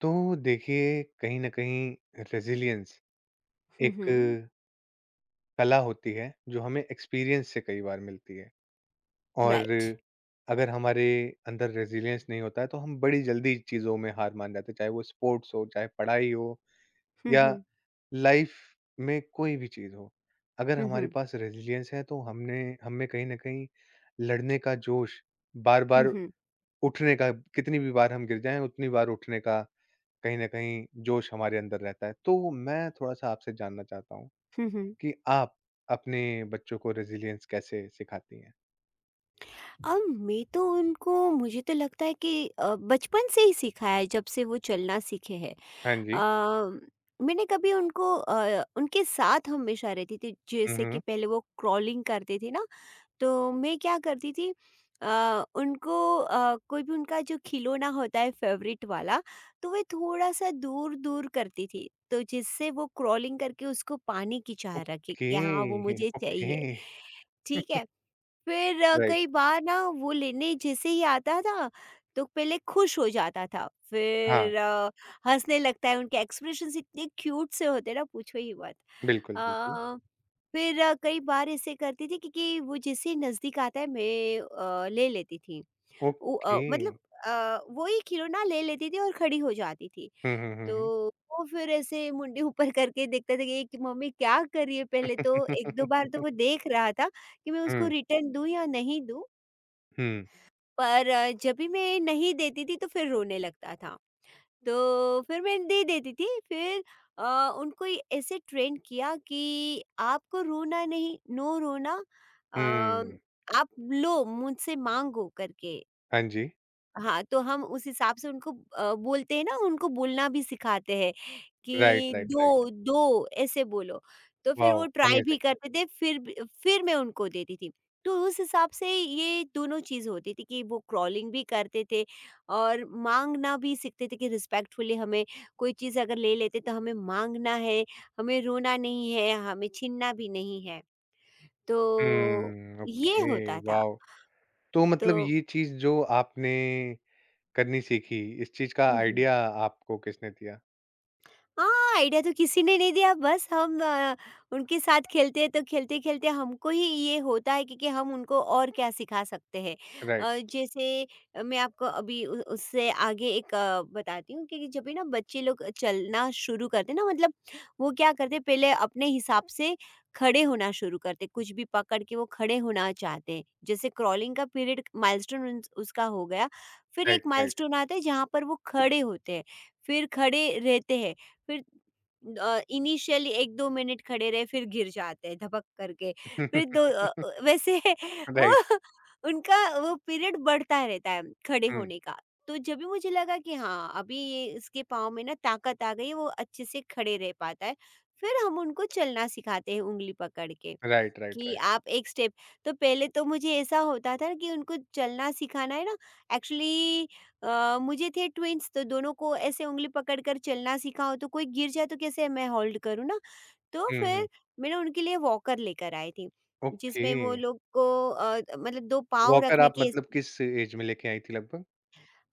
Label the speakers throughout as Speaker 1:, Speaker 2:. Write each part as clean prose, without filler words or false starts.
Speaker 1: तो देखिए, कहीं न कहीं रेज़िलियंस
Speaker 2: हुँ,
Speaker 1: एक
Speaker 2: हुँ।
Speaker 1: कला होती है, जो हमें एक्सपीरियंस से कई बार मिलती है। और
Speaker 2: राइट।
Speaker 1: अगर हमारे अंदर रेज़िलियंस नहीं होता है, तो हम बड़ी जल्दी चीज़ों में हार मान जाते हैं, चाहे वो स्पोर्ट्स हो, चाहे पढ़ाई हो
Speaker 2: हुँ,
Speaker 1: या
Speaker 2: हुँ।
Speaker 1: लाइफ़ में कोई भी चीज़ हो। अगर
Speaker 2: हुँ,
Speaker 1: हमारे
Speaker 2: हुँ।
Speaker 1: पास रेज़िलियंस है, तो हमने हम में कहीं न कहीं लड़ने का जोश,
Speaker 2: हुँ,
Speaker 1: बार-बार
Speaker 2: हुँ।
Speaker 1: उठने का कितनी भी बार हम गिर जाएँ, उतनी बार उठने का कहीं न कहीं जोश हमारे अंदर रहता है। तो मैं थोड़ा-सा आपसे जानना चाहता हूँ
Speaker 2: हुँ, हुँ।
Speaker 1: कि आप अपने बच्चों को रेज़िलियंस कैसे सिखाती हैं?
Speaker 2: अब मैं तो उनको मुझे तो लगता है कि बचपन से ही सिखाया है, जब से वो चलना सीखे हैं।
Speaker 1: हाँ जी।
Speaker 2: अ, मैंने कभी उनको अ, उनके साथ हमेशा रहती थी।
Speaker 1: हुँ,
Speaker 2: जैसे कि
Speaker 1: हुँ।
Speaker 2: पहले वो क्राउलिंग करते थे ना, तो मैं क्या करती थी, उनको कोई भी उनका जो खिलौना होता है फेवरेट वाला, तो वे थोड़ा सा दूर दूर करती थी, तो जिससे वो क्रॉलिंग करके उसको पाने की चाह रखी
Speaker 1: ओके,
Speaker 2: कि हाँ वो मुझे
Speaker 1: ओके।
Speaker 2: चाहिए। ठीक है। फिर
Speaker 1: राइट।
Speaker 2: कई बार ना वो लेने जैसे ही आता था तो पहले खुश हो जाता था,
Speaker 1: हाँ,
Speaker 2: फिर हंसने लगता है। उनके एक्सप्रेशंस इतने क्यूट से होते हैं ना, पूछो ही मत।
Speaker 1: बिल्कुल, बिल्कुल।
Speaker 2: अ, फिर कई बार ऐसे करती थी, क्योंकि वो जैसे ही नज़दीक आता है, मैं ले लेती थी।
Speaker 1: ओके।
Speaker 2: मतलब अ, वो ही खिलौना ले लेती थी और खड़ी हो जाती थी।
Speaker 1: हुँ, हुँ, हुँ,
Speaker 2: तो
Speaker 1: हुँ।
Speaker 2: वो फिर ऐसे मुंडी ऊपर करके देखता था कि ये कि मम्मी क्या कर रही है? पहले तो 1-2 बार तो वो देख रहा था कि मैं उसको
Speaker 1: हुँ,
Speaker 2: रिटर्न दूँ या नहीं दूँ।
Speaker 1: हुँ,
Speaker 2: पर जब भी मैं नहीं देती थी तो फिर रोने लगता था। तो फिर मैं दे देती थी। फिर अ, उनको ये ऐसे ट्रेन किया कि आपको रोना नहीं, नो रोना। अ,
Speaker 1: हुँ।
Speaker 2: आप लो मुझसे, माँगो करके।
Speaker 1: हाँ जी।
Speaker 2: हाँ, तो हम उस हिसाब से उनको बोलते हैं ना, उनको बोलना भी सिखाते हैं
Speaker 1: राइट,
Speaker 2: कि
Speaker 1: राइट, राइट।
Speaker 2: 2, 2 ऐसे बोलो। तो फिर
Speaker 1: वॉव!
Speaker 2: वो ट्राई, हाँ, भी
Speaker 1: अमेज़िंग।
Speaker 2: करते थे, फिर ब फिर मैं उनको देती थी। तो उस हिसाब से ये दोनों चीज़ होती थी कि वो क्राउलिंग भी करते थे और माँगना भी सीखते थे, कि रिस्पेक्टफुली हमें कोई चीज़ अगर ले लेते तो हमें माँगना है, हमें रोना नहीं है, हमें छीनना भी नहीं है। तो
Speaker 1: हुँ,
Speaker 2: ये
Speaker 1: ओके,
Speaker 2: होता था।
Speaker 1: वॉव! तो
Speaker 2: तो
Speaker 1: मतलब ये चीज़ जो आपने करनी सीखी, इस चीज़ का
Speaker 2: हुँ, हुँ।
Speaker 1: आइडिया आपको किसने दिया?
Speaker 2: हाँ, आइडिया तो किसी ने नहीं दिया, बस हम उनके साथ खेलते हैं तो खेलते-खेलते हमको ही ये होता है कि हम उनको और क्या सिखा सकते हैं।
Speaker 1: राइट।
Speaker 2: जैसे मैं आपको अभी उ उससे आगे एक बताती हूँ कि जब भी ना बच्चे लोग चलना शुरू करते हैं ना, मतलब वो क्या करते हैं, पहले अपने हिसाब से खड़े होना शुरू करते हैं, कुछ भी पकड़ के वो खड़े होना चाहते हैं। जैसे क्राउलिंग का पीरियड, माइलस्टोन उन्स उसका हो गया, फिर
Speaker 1: राइट,
Speaker 2: एक
Speaker 1: राइट।
Speaker 2: माइलस्टोन आता है जहाँ पर वो खड़े होते हैं, फिर खड़े रहते हैं। फिर इनिशियली 1-2 मिनट खड़े रहे, फिर गिर जाते हैं धपक करके। फिर वैसे वो
Speaker 1: राइट।
Speaker 2: उनका वो पीरियड बढ़ता रहता है खड़े
Speaker 1: हुँ।
Speaker 2: होने का। तो जब भी मुझे लगा कि हाँ, अभी ये इसके पाँव में ना ताकत आ गई है, वो अच्छे से खड़े रह पाता है। फिर हम उनको चलना सिखाते हैं उँगली पकड़ के,
Speaker 1: राइट, राइट,
Speaker 2: कि
Speaker 1: राइट।
Speaker 2: आप 1 स्टेप। तो पहले तो मुझे ऐसा होता था कि उनको चलना सिखाना है ना, एक्चुअली मुझे थे ट्विन्स, तो दोनों को ऐसे ऊँगली पकड़ कर चलना सीखा हो तो कोई गिर जाए तो कैसे मैं होल्ड करूँ ना? तो
Speaker 1: हुँ, हुँ।
Speaker 2: फिर मैंने उनके लिए वॉकर लेकर आई थी,
Speaker 1: ओके।
Speaker 2: जिसमें वो लोग को मतलब 2 पाँव
Speaker 1: वॉकर
Speaker 2: रखने
Speaker 1: आप
Speaker 2: की।
Speaker 1: मतलब किस एज में लेके आई थी लगभग?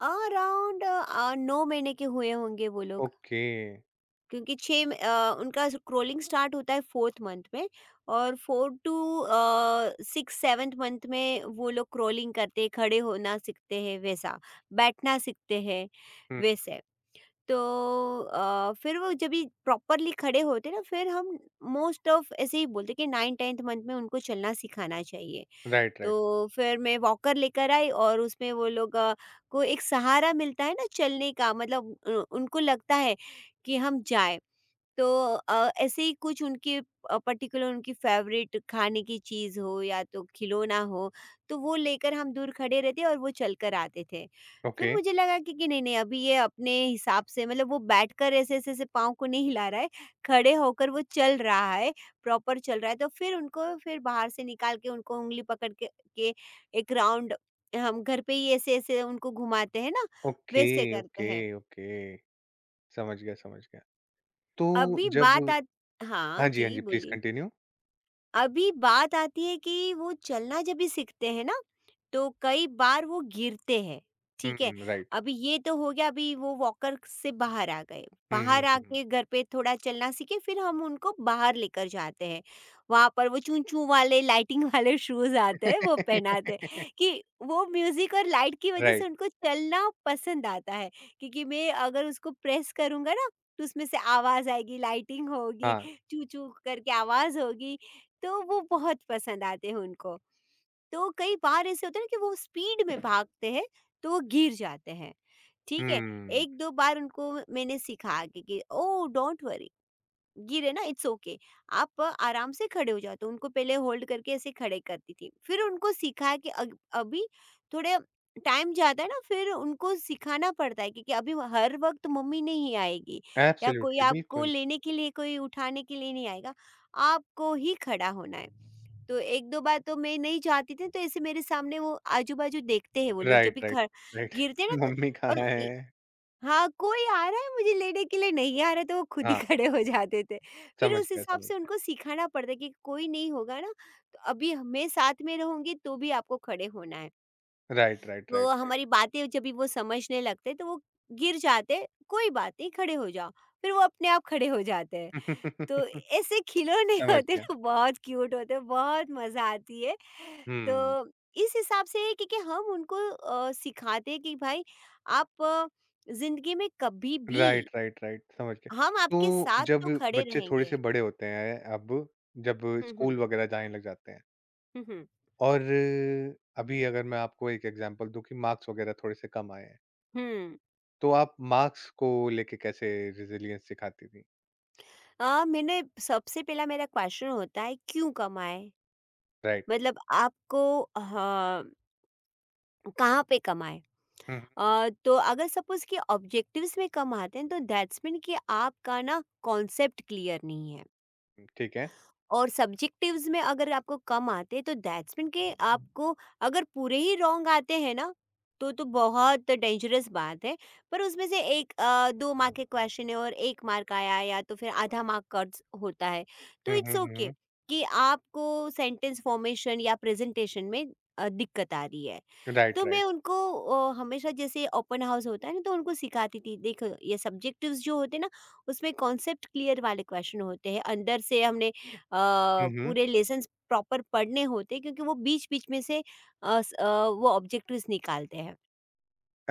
Speaker 2: अराउंड 9 महीने के हुए होंगे वो लोग,
Speaker 1: ओके।
Speaker 2: क्योंकि 6 उनका क्रोलिंग स्टार्ट होता है 4th मंथ में, और 4 टू अ, 6 7th मंथ में वो लोग क्रोलिंग करते हैं, खड़े होना सीखते हैं वैसा, बैठना सीखते हैं,
Speaker 1: हुँ।
Speaker 2: वैसे। तो फिर वो जब ये प्रॉपरली खड़े होते ना, फिर हम मोस्ट ऑफ ऐसे ही बोलते कि 9-10th मंथ में उनको चलना सिखाना चाहिए।
Speaker 1: Right, right.
Speaker 2: तो फिर मैं वॉकर लेकर आई और उसमें वो लोग को एक सहारा मिलता है ना चलने का, मतलब उनको लगता है कि हम जाएँ। तो ऐसे ही कुछ उनके पर्टिकुलर उनकी फेवरेट खाने की चीज़ हो या तो खिलौना हो, तो वो लेकर हम दूर खड़े रहते और वो चलकर आते थे। फिर
Speaker 1: ओके।
Speaker 2: मुझे लगा कि नहीं-नहीं, अभी ये अपने हिसाब से मतलब वो बैठकर ऐसे-ऐसे पाँव को नहीं हिला रहा है, खड़े होकर वो चल रहा है, प्रॉपर चल रहा है। तो फिर उनको फिर बाहर से निकाल के उनको उँगली पकड़ के के एक राउंड हम घर पे ही ऐसे-ऐसे उनको घुमाते हैं ना, वैसे
Speaker 1: ओके,
Speaker 2: करते हैं।
Speaker 1: Okay, okay. समझ गया, समझ गया। तो
Speaker 2: अभी
Speaker 1: जब
Speaker 2: बात आत हाँ,
Speaker 1: हाँ जी, हाँ
Speaker 2: जी
Speaker 1: जी, प्लीज़
Speaker 2: बोलिए।
Speaker 1: कंटिन्यू।
Speaker 2: अभी बात आती है कि वो चलना जब भी सीखते हैं ना, तो कई बार वो गिरते हैं, ठीक है?
Speaker 1: हुँ, राइट।
Speaker 2: अभी ये तो हो गया, अभी वो वॉकर से बाहर आ गए।
Speaker 1: हुँ, हुँ,
Speaker 2: बाहर
Speaker 1: हुँ, हुँ।
Speaker 2: आके घर पे थोड़ा चलना सीखे, फिर हम उनको बाहर लेकर जाते हैं। वहाँ पर वो चूं-चूं वाले, लाइटिंग वाले शूज़ आते हैं वो पहनाते
Speaker 1: राइट।
Speaker 2: हैं, कि वो म्यूज़िक और लाइट की वज़ह से उनको चलना पसंद आता है, क्योंकि मैं अगर उसको प्रेस करूँगा ना, तो उसमें से आवाज़ आएगी, लाइटिंग होगी,
Speaker 1: हाँ।
Speaker 2: चूं-चूं करके आवाज़ होगी, तो वो बहुत पसंद आते हैं उनको। तो कई बार ऐसे होता है ना कि वो स्पीड में भागते हैं, तो वो गिर जाते हैं, ठीक है?
Speaker 1: हुँ।
Speaker 2: 1-2 बार उनको मैंने सिखा के कि ओह! डोंट वरी, गिरे ना, इट्स ओके, आप आराम से खड़े हो जाओ। तो उनको पहले होल्ड करके ऐसे खड़े करती थी, फिर उनको सिखाया कि अभी थोड़े टाइम जाता है ना, फिर उनको सिखाना पड़ता है क्योंकि अभी हर वक्त मम्मी नहीं आएगी या कोई
Speaker 1: एब्सोल्युटली,
Speaker 2: आपको
Speaker 1: बिल्कुल।
Speaker 2: लेने के लिए, कोई उठाने के लिए नहीं आएगा, आपको ही खड़ा होना है। तो एक दो बार तो मैं नहीं जाती थी, तो ऐसे मेरे सामने वो आजू बाजू देखते हैं, वो लोग जब
Speaker 1: राइट,
Speaker 2: भी
Speaker 1: राइट,
Speaker 2: खड़
Speaker 1: राइट।
Speaker 2: गिरते हैं ना
Speaker 1: मम्मी कहाँ
Speaker 2: और
Speaker 1: है?
Speaker 2: हाँ, कोई आ रहा है मुझे लेने के लिए, नहीं आ रहा, तो वो खुद ही
Speaker 1: हाँ,
Speaker 2: खड़े हो जाते थे। फिर
Speaker 1: समझ
Speaker 2: उस
Speaker 1: गया,
Speaker 2: हिसाब
Speaker 1: समझ
Speaker 2: से
Speaker 1: गया।
Speaker 2: उनको सिखाना पड़ता है कि कोई नहीं होगा ना, तो अभी मैं साथ में रहूँगी तो भी आपको खड़े होना है।
Speaker 1: राइट, राइट,
Speaker 2: तो
Speaker 1: राइट, राइट।
Speaker 2: हमारी बातें जब भी वो समझने लगते हैं तो वो गिर जाते हैं, कोई बात नहीं, खड़े हो जाओ, फिर वो अपने आप खड़े हो जाते हैं। तो ऐसे खिलौने
Speaker 1: समझ
Speaker 2: होते हैं
Speaker 1: गया।
Speaker 2: ना, बहुत क्यूट होते हैं, बहुत मज़ा आती है।
Speaker 1: हुँ।
Speaker 2: तो इस हिसाब से क्योंकि हम उनको सिखाते हैं कि भाई आप ज़िंदगी में कभी भी,
Speaker 1: राइट, राइट, राइट, समझ गया।
Speaker 2: हम आपके
Speaker 1: तो
Speaker 2: साथ
Speaker 1: जब
Speaker 2: तो खड़े
Speaker 1: बच्चे थोड़े
Speaker 2: रहेंगे।
Speaker 1: से बड़े होते हैं अब, जब
Speaker 2: हुँ, हुँ।
Speaker 1: स्कूल वगैरह जाने लग जाते हैं
Speaker 2: हुँ, हुँ।
Speaker 1: और अभी अगर मैं आपको एक एग्ज़ाम्पल दूँ कि मार्क्स वगैरह थोड़े से कम आए हैं,
Speaker 2: हुँ।
Speaker 1: तो आप मार्क्स को लेके कैसे रेज़िलियंस सिखाती थीं?
Speaker 2: मैंने, सबसे पहला मेरा क्वेश्चन होता है, क्यों कमाएँ?
Speaker 1: राइट।
Speaker 2: मतलब आपको, हाँ, कहाँ पे कमाएँ?
Speaker 1: हुँ,
Speaker 2: तो अगर सपोज कि ऑब्जेक्टिव्स में कम आते हैं तो दैट्स मीन कि आपका ना कॉन्सेप्ट क्लियर नहीं है।
Speaker 1: हुँ, ठीक है।
Speaker 2: और सब्जेक्टिव्स में अगर आपको कम आते तो दैट्स मीन के आपको, अगर पूरे ही रॉन्ग आते हैं ना, तो बहुत डेंजरस बात है। पर उसमें से एक दो मार्क के क्वेश्चन है और एक मार्क आया या तो फिर आधा मार्क कट होता है, तो
Speaker 1: hmm,
Speaker 2: it's
Speaker 1: hmm, hmm,
Speaker 2: okay
Speaker 1: hmm.
Speaker 2: okay, कि आपको सेंटेंस फॉर्मेशन या प्रेजेंटेशन में दिक्कत आ रही है।
Speaker 1: राइट,
Speaker 2: तो मैं
Speaker 1: राइट।
Speaker 2: उनको हमेशा, जैसे ओपन हाउस होता है ना, तो उनको सिखाती थी, देखो ये सब्जेक्टिव्स जो होते हैं ना, उसमें कॉन्सेप्ट क्लियर वाले क्वेश्चन होते हैं, अंदर से हमने अ,
Speaker 1: हुँ, हुँ।
Speaker 2: पूरे लेसन्स प्रॉपर पढ़ने होते हैं क्योंकि वो बीच-बीच में से वो ऑब्जेक्टिव्स निकालते हैं।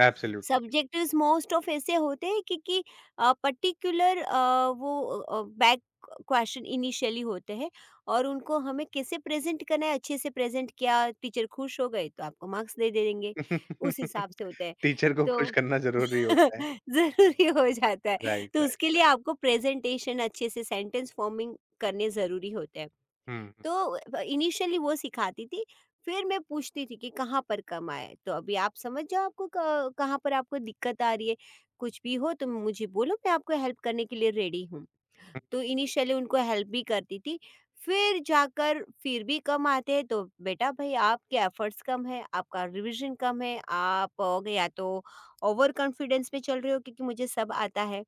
Speaker 1: एब्सोल्युटली।
Speaker 2: सब्जेक्टिव्स मोस्ट ऑफ ऐसे होते हैं कि पर्टिकुलर वो बैक क्वेश्चन इनिशियली होते हैं, और उनको हमें कैसे प्रेज़ेंट करना है, अच्छे से प्रेज़ेंट किया, टीचर खुश हो गए तो आपको मार्क्स दे दे देंगे, उस हिसाब से होता है।
Speaker 1: टीचर को खुश
Speaker 2: तो
Speaker 1: करना ज़रूरी होता है।
Speaker 2: ज़रूरी हो जाता है,
Speaker 1: राइट,
Speaker 2: तो
Speaker 1: राइट।
Speaker 2: उसके लिए आपको प्रेज़ेंटेशन अच्छे से, सेंटेंस फॉर्मिंग करने ज़रूरी होते हैं।
Speaker 1: हुँ, हुँ,
Speaker 2: तो इनिशियली वो सिखाती थी, फिर मैं पूछती थी कि कहाँ पर कम आया है? तो अभी आप समझ जाओ आपको क कहाँ पर आपको दिक्कत आ रही है, कुछ भी हो तो मुझे बोलो, मैं आपको हेल्प करने के लिए रेडी हूँ।
Speaker 1: हुँ।
Speaker 2: तो इनिशियली उनको हेल्प भी करती थी। फिर जाकर फिर भी कम आते हैं तो बेटा भई, आपके एफर्ट्स कम है, आपका रिविज़न कम है, आप या तो ओवर कॉन्फिडेंस में चल रहे हो क्योंकि मुझे सब आता है।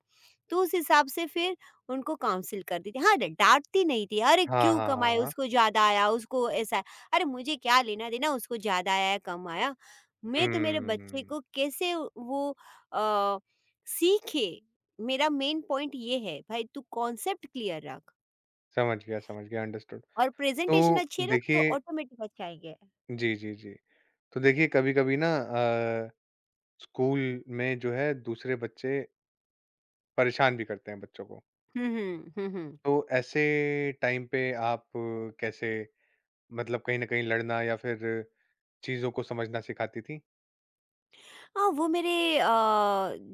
Speaker 2: तो उस हिसाब से फिर उनको काउंसिल करती थी। हाँ, ड डाँटती नहीं थी, "अरे
Speaker 1: हाँ,
Speaker 2: क्यों
Speaker 1: हाँ,
Speaker 2: कम
Speaker 1: हाँ,
Speaker 2: आए?
Speaker 1: हाँ।
Speaker 2: उसको ज़्यादा आया, उसको ऐसा।" अरे मुझे क्या लेना-देना उसको ज़्यादा आया या कम आया। मैं तो मेरे बच्चे को
Speaker 1: हुँ।
Speaker 2: कैसे वो अ, सीखे। मेरा मेन पॉइंट ये है भाई तू कॉन्सेप्ट क्लियर रख
Speaker 1: समझ गया, अंडरस्टूड।
Speaker 2: और प्रेजेंटेशन
Speaker 1: तो
Speaker 2: अच्छी रख तो
Speaker 1: देखिए
Speaker 2: ऑटोमेटिक अच्छा आएंगे।
Speaker 1: जी, जी, जी। तो देखिए कभी-कभी ना स्कूल में जो है दूसरे बच्चे परेशान भी करते हैं बच्चों को।
Speaker 2: हम्म।
Speaker 1: तो ऐसे टाइम पे आप कैसे मतलब कहीं न कहीं लड़ना या फिर चीज़ों को समझना सिखाती थीं?
Speaker 2: हाँ, वो मेरे अ,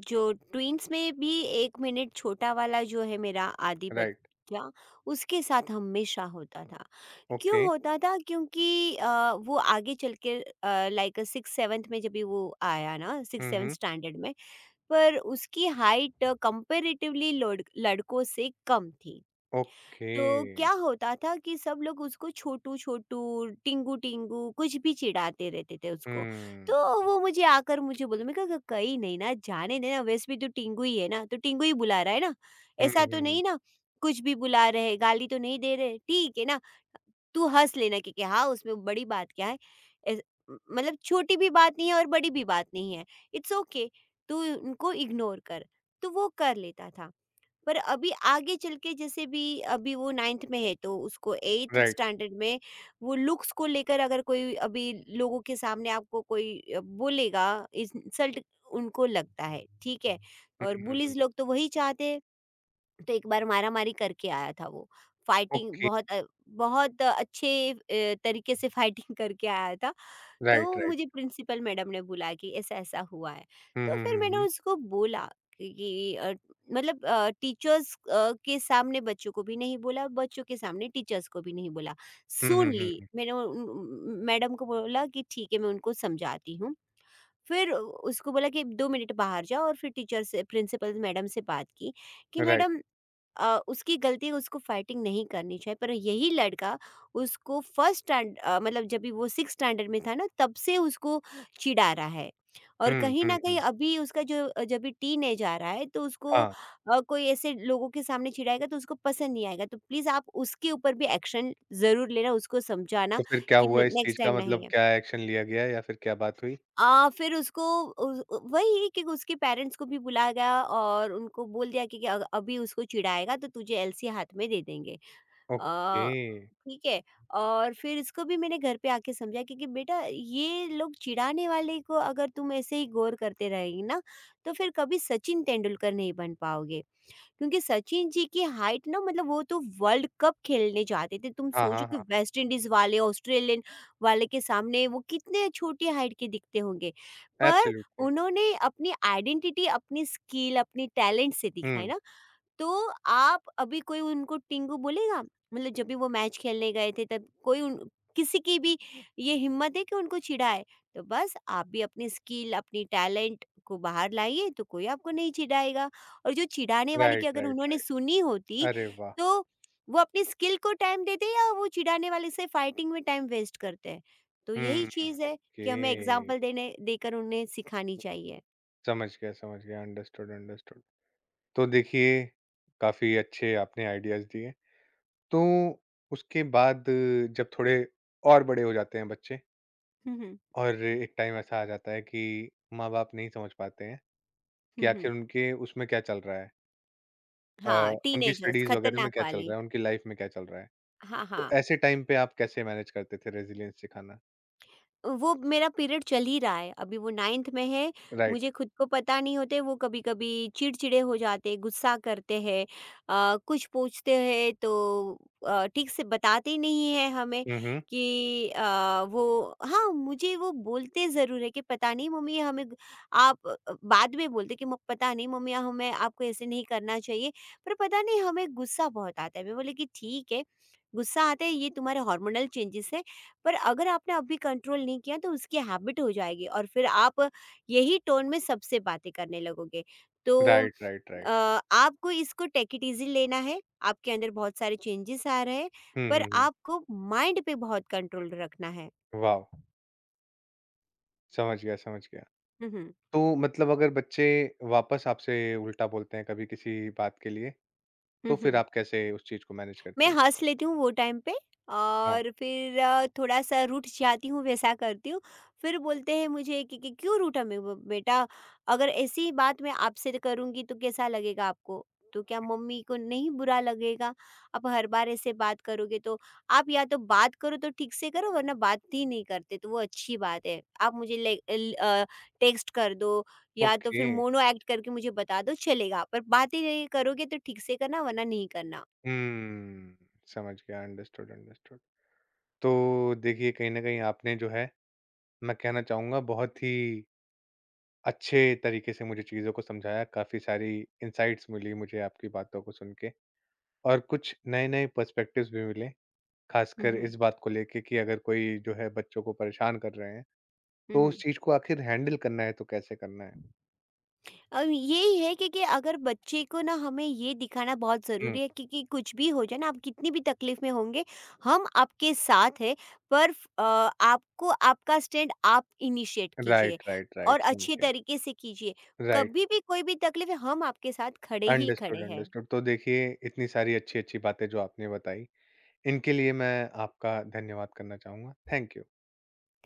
Speaker 2: जो ट्विंस में भी एक मिनट छोटा वाला जो है, मेरा आदि
Speaker 1: राइट,
Speaker 2: बच्चा, उसके साथ हमेशा होता था।
Speaker 1: ओके।
Speaker 2: क्यों होता था क्योंकि वो आगे चल के लाइक सिक्स सेवन्थ में जब भी वो आया ना, six
Speaker 1: hmm,
Speaker 2: seventh
Speaker 1: hmm.
Speaker 2: Standard में, पर उसकी हाइट कंपेरेटिवली लड़कों से कम थी।
Speaker 1: ओके।
Speaker 2: तो क्या होता था कि सब लोग उसको छोटू छोटू, टिंगू टिंगू कुछ भी चिढ़ाते रहते थे उसको।
Speaker 1: हुँ।
Speaker 2: तो वो मुझे आकर मुझे बोले, मैं कहा कहीं नहीं ना जाने दे ना, वैसे भी तो टिंगू ही है ना, तो टिंगू ही बुला रहा है ना।
Speaker 1: हुँ, हुँ,
Speaker 2: ऐसा तो
Speaker 1: हुँ।
Speaker 2: नहीं ना कुछ भी बुला रहे, गाली तो नहीं दे रहे, ठीक है ना। तू हँस लेना क्योंकि हाँ, उसमें बड़ी बात क्या है? एस मतलब छोटी भी बात नहीं है और बड़ी भी बात नहीं है। इट्स ओके, तू उनको इग्नोर कर। तो वो कर लेता था। पर अभी आगे चल के जैसे भी, अभी वो नाइन्थ में है तो उसको एट्थ
Speaker 1: राइट।
Speaker 2: स्टैंडर्ड में वो लुक्स को लेकर अगर कोई अभी लोगों के सामने आपको कोई बोलेगा इंसल्ट, उनको लगता है ठीक है,
Speaker 1: हुँ,
Speaker 2: और
Speaker 1: हुँ, हुँ।
Speaker 2: बुलिस लोग तो वही चाहते हैं। तो एक बार मारा मारी करके आया था वो। Fighting
Speaker 1: okay.
Speaker 2: बहुत बहुत अच्छे तरीके से फाइटिंग करके आया था।
Speaker 1: राइट,
Speaker 2: तो
Speaker 1: राइट।
Speaker 2: मुझे प्रिंसिपल मैडम ने बुलाया कि ऐसा-ऐसा हुआ है।
Speaker 1: हुँ,
Speaker 2: तो
Speaker 1: हुँ,
Speaker 2: फिर
Speaker 1: हुँ,
Speaker 2: मैंने
Speaker 1: हुँ।
Speaker 2: उसको बोला कि मतलब टीचर्स के सामने बच्चों को भी नहीं बोला, बच्चों के सामने टीचर्स को भी नहीं बोला।
Speaker 1: हुँ, हुँ,
Speaker 2: सुन
Speaker 1: हुँ,
Speaker 2: ली,
Speaker 1: हुँ।
Speaker 2: मैंने उन उन उम, मैडम को बोला कि ठीक है, मैं उनको समझाती हूँ। फिर उसको बोला कि 2 मिनट बाहर जाओ और फिर टीचर से, प्रिंसिपल मैडम से बात की कि
Speaker 1: राइट।
Speaker 2: मैडम, उसकी गलती है, उसको फाइटिंग नहीं करनी चाहिए, पर यही लड़का उसको मतलब जब भी वो सिक्स स्टैंडर्ड में था ना, तब से उसको चिढ़ा रहा है। और
Speaker 1: हुँ,
Speaker 2: कहीं
Speaker 1: हुँ,
Speaker 2: न कहीं
Speaker 1: हुँ।
Speaker 2: अभी उसका जो जब भी टीनेज आ रहा है तो उसको
Speaker 1: हाँ।
Speaker 2: कोई ऐसे लोगों के सामने चिढ़ाएगा तो उसको पसंद नहीं आएगा। तो प्लीज़ आप उसके ऊपर भी एक्शन ज़रूर लेना, उसको समझाना
Speaker 1: तो फिर क्या
Speaker 2: कि
Speaker 1: हुआ
Speaker 2: न
Speaker 1: इस
Speaker 2: नेक्स्ट
Speaker 1: चीज़ का
Speaker 2: टाइम नहीं
Speaker 1: मतलब
Speaker 2: है।
Speaker 1: क्या एक्शन लिया गया या फिर क्या बात हुई?
Speaker 2: फिर उसको उस वही है कि उसके पेरेंट्स को भी बुलाया गया और उनको बोल दिया कि अभी उसको चिढ़ाएगा तो तुझे एलसी हाथ में दे देंगे।
Speaker 1: ओके।
Speaker 2: अ, ठीक है। और फिर इसको भी मैंने घर पे आके समझा क्योंकि बेटा ये लोग चिढ़ाने वाले को अगर तुम ऐसे ही गौर करते रहेगी ना, तो फिर कभी सचिन तेंदुलकर नहीं बन पाओगे। क्योंकि सचिन जी की हाइट ना, मतलब वो तो वर्ल्ड कप खेलने जाते थे, तुम
Speaker 1: हाँ, हाँ,
Speaker 2: सोचो कि
Speaker 1: हाँ।
Speaker 2: वेस्ट इंडीज वाले, ऑस्ट्रेलियन वाले के सामने वो कितने छोटी हाइट के दिखते होंगे, पर
Speaker 1: एब्सोल्युटली।
Speaker 2: उन्होंने अपनी आइडेंटिटी, अपनी स्किल, अपनी टैलेंट से दिखाई
Speaker 1: हुँ।
Speaker 2: ना। तो आप, अभी कोई उनको टिंगू बोलेगा? मतलब जब भी वो मैच खेलने गए थे तब कोई उन किसी की भी ये हिम्मत है कि उनको चिढ़ाए। तो बस आप भी अपनी स्किल, अपनी टैलेंट को बाहर लाइए तो कोई आपको नहीं चिढ़ाएगा। और जो चिढ़ाने वाले की
Speaker 1: राइट,
Speaker 2: अगर
Speaker 1: राइट,
Speaker 2: उन्होंने
Speaker 1: राइट।
Speaker 2: सुनी होती
Speaker 1: अरे वाह!
Speaker 2: तो वो अपनी स्किल को टाइम देते, या वो चिढ़ाने वाले से फाइटिंग में टाइम वेस्ट करते हैं। तो यही
Speaker 1: हुँ,
Speaker 2: चीज़ है
Speaker 1: ओके।
Speaker 2: कि हमें एग्ज़ाम्पल देने देकर उन्हें सिखानी चाहिए।
Speaker 1: समझ गया, समझ गया। Understood, understood. तो देखिए, काफ़ी अच्छे आपने आइडियाज़ दिए। तो उसके बाद जब थोड़े और बड़े हो जाते हैं बच्चे
Speaker 2: हुँ, हुँ।
Speaker 1: और एक टाइम ऐसा आ जाता है कि माँ-बाप नहीं समझ पाते हैं
Speaker 2: हुँ,
Speaker 1: कि
Speaker 2: हुँ। हुँ, हुँ।
Speaker 1: आखिर उनके उसमें क्या चल रहा है। अ,
Speaker 2: हाँ,
Speaker 1: उनकी
Speaker 2: टीनेजर्स
Speaker 1: स्टडीज़ वगैरह में
Speaker 2: खतरनाक
Speaker 1: क्या चल
Speaker 2: वाली।
Speaker 1: रहा है, उनकी लाइफ़ में क्या चल रहा है।
Speaker 2: हाँ,
Speaker 1: तो
Speaker 2: हाँ।
Speaker 1: ऐसे टाइम पे आप कैसे मैनेज करते थे रेज़िलियंस सिखाना?
Speaker 2: वो मेरा पीरियड चल ही रहा है, अभी वो 9th में है,
Speaker 1: राइट।
Speaker 2: मुझे खुद को पता नहीं होते, वो कभी-कभी चिड़चिड़े हो जाते, गुस्सा करते हैं। कुछ पूछते हैं तो ठीक से बताते नहीं हैं हमें
Speaker 1: हुँ, हुँ।
Speaker 2: कि वो हाँ, मुझे वो बोलते ज़रूर है कि पता नहीं मम्मी हमें गु-, आप बाद में बोलते कि म पता नहीं मम्मी हमें आपको ऐसे नहीं करना चाहिए, पर पता नहीं हमें गुस्सा बहुत आता है। मैं बोली कि ठीक है, गुस्सा आता है, ये तुम्हारे हार्मोनल चेंजेस है, पर अगर आपने अभी कंट्रोल नहीं किया तो उसकी हैबिट हो जाएगी और फिर आप यही टोन में सबसे बातें करने लगोगे। तो
Speaker 1: राइट, राइट,
Speaker 2: अ,
Speaker 1: राइट।
Speaker 2: आपको इसको टेक इट इजी लेना है, आपके अंदर बहुत सारे चेंजेस आ रहे हैं,
Speaker 1: हुँ,
Speaker 2: पर
Speaker 1: हुँ, हुँ।
Speaker 2: आपको माइंड पे बहुत कंट्रोल रखना है।
Speaker 1: वाव! समझ गया, समझ गया।
Speaker 2: हम्म हम्म
Speaker 1: तो मतलब अगर बच्चे वापस आपसे उल्टा बोलते हैं कभी किसी बात के लिए, तो
Speaker 2: हम्म
Speaker 1: फिर
Speaker 2: हम्म।
Speaker 1: आप कैसे उस चीज़ को मैनेज करती
Speaker 2: मैं
Speaker 1: हैं?
Speaker 2: हँस लेती हूँ वो टाइम पे,
Speaker 1: हाँ,
Speaker 2: और फिर थोड़ा-सा रूठ जाती हूँ, वैसा करती हूँ। फिर बोलते हैं मुझे कि "क्यों रूठा मैं ब बेटा? अगर ऐसी बात मैं आपसे करूँगी तो कैसा लगेगा आपको? तो क्या मम्मी को नहीं बुरा लगेगा? आप हर बार ऐसे बात करोगे तो, आप या तो बात करो तो ठीक से करो, वरना बात ही नहीं करते तो वो अच्छी बात है। आप मुझे टेक्स्ट कर दो, या तो
Speaker 1: ओके।
Speaker 2: फिर मोनो एक्ट करके मुझे बता दो, चलेगा, पर बात ही नहीं करोगे तो ठीक से करना वरना नहीं करना।"
Speaker 1: हम्म, समझ गया। Understood, understood. तो देखिए कहीं न कहीं आपने जो है, मैं कहना चाहूँगा बहुत ही अच्छे तरीके से मुझे चीज़ों को समझाया, काफ़ी सारी इनसाइट्स मिली मुझे आपकी बातों को सुन के। और कुछ नए-नए पर्सपेक्टिव्स भी मिले,
Speaker 2: हुँ,
Speaker 1: खासकर
Speaker 2: हुँ।
Speaker 1: इस बात को लेके कि अगर कोई जो है बच्चों को परेशान कर रहे हैं,
Speaker 2: हुँ,
Speaker 1: तो उस
Speaker 2: हुँ।
Speaker 1: चीज़ को आखिर हैंडल करना है तो कैसे करना है?
Speaker 2: अब यही है कि अगर बच्चे को ना हमें ये दिखाना बहुत
Speaker 1: हुँ,
Speaker 2: ज़रूरी है क्योंकि कुछ भी हो जाए ना, आप कितनी भी तकलीफ़ में होंगे, हम आपके साथ हैं, पर आपको आपका स्टैंड आप इनिशिएट कीजिए
Speaker 1: राइट, राइट,
Speaker 2: और
Speaker 1: राइट, समझ
Speaker 2: अच्छे
Speaker 1: गया।
Speaker 2: तरीके से कीजिए।
Speaker 1: राइट,
Speaker 2: कभी भी कोई भी तकलीफ़ है, हम आपके साथ खड़े ही
Speaker 1: अंडरस्टूड,
Speaker 2: खड़े हैं।
Speaker 1: अंडरस्टूड। तो देखिए, इतनी सारी अच्छी-अच्छी बातें जो आपने बताई, इनके लिए मैं आपका धन्यवाद करना चाहूँगा। Thank you.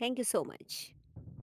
Speaker 2: Thank you so much.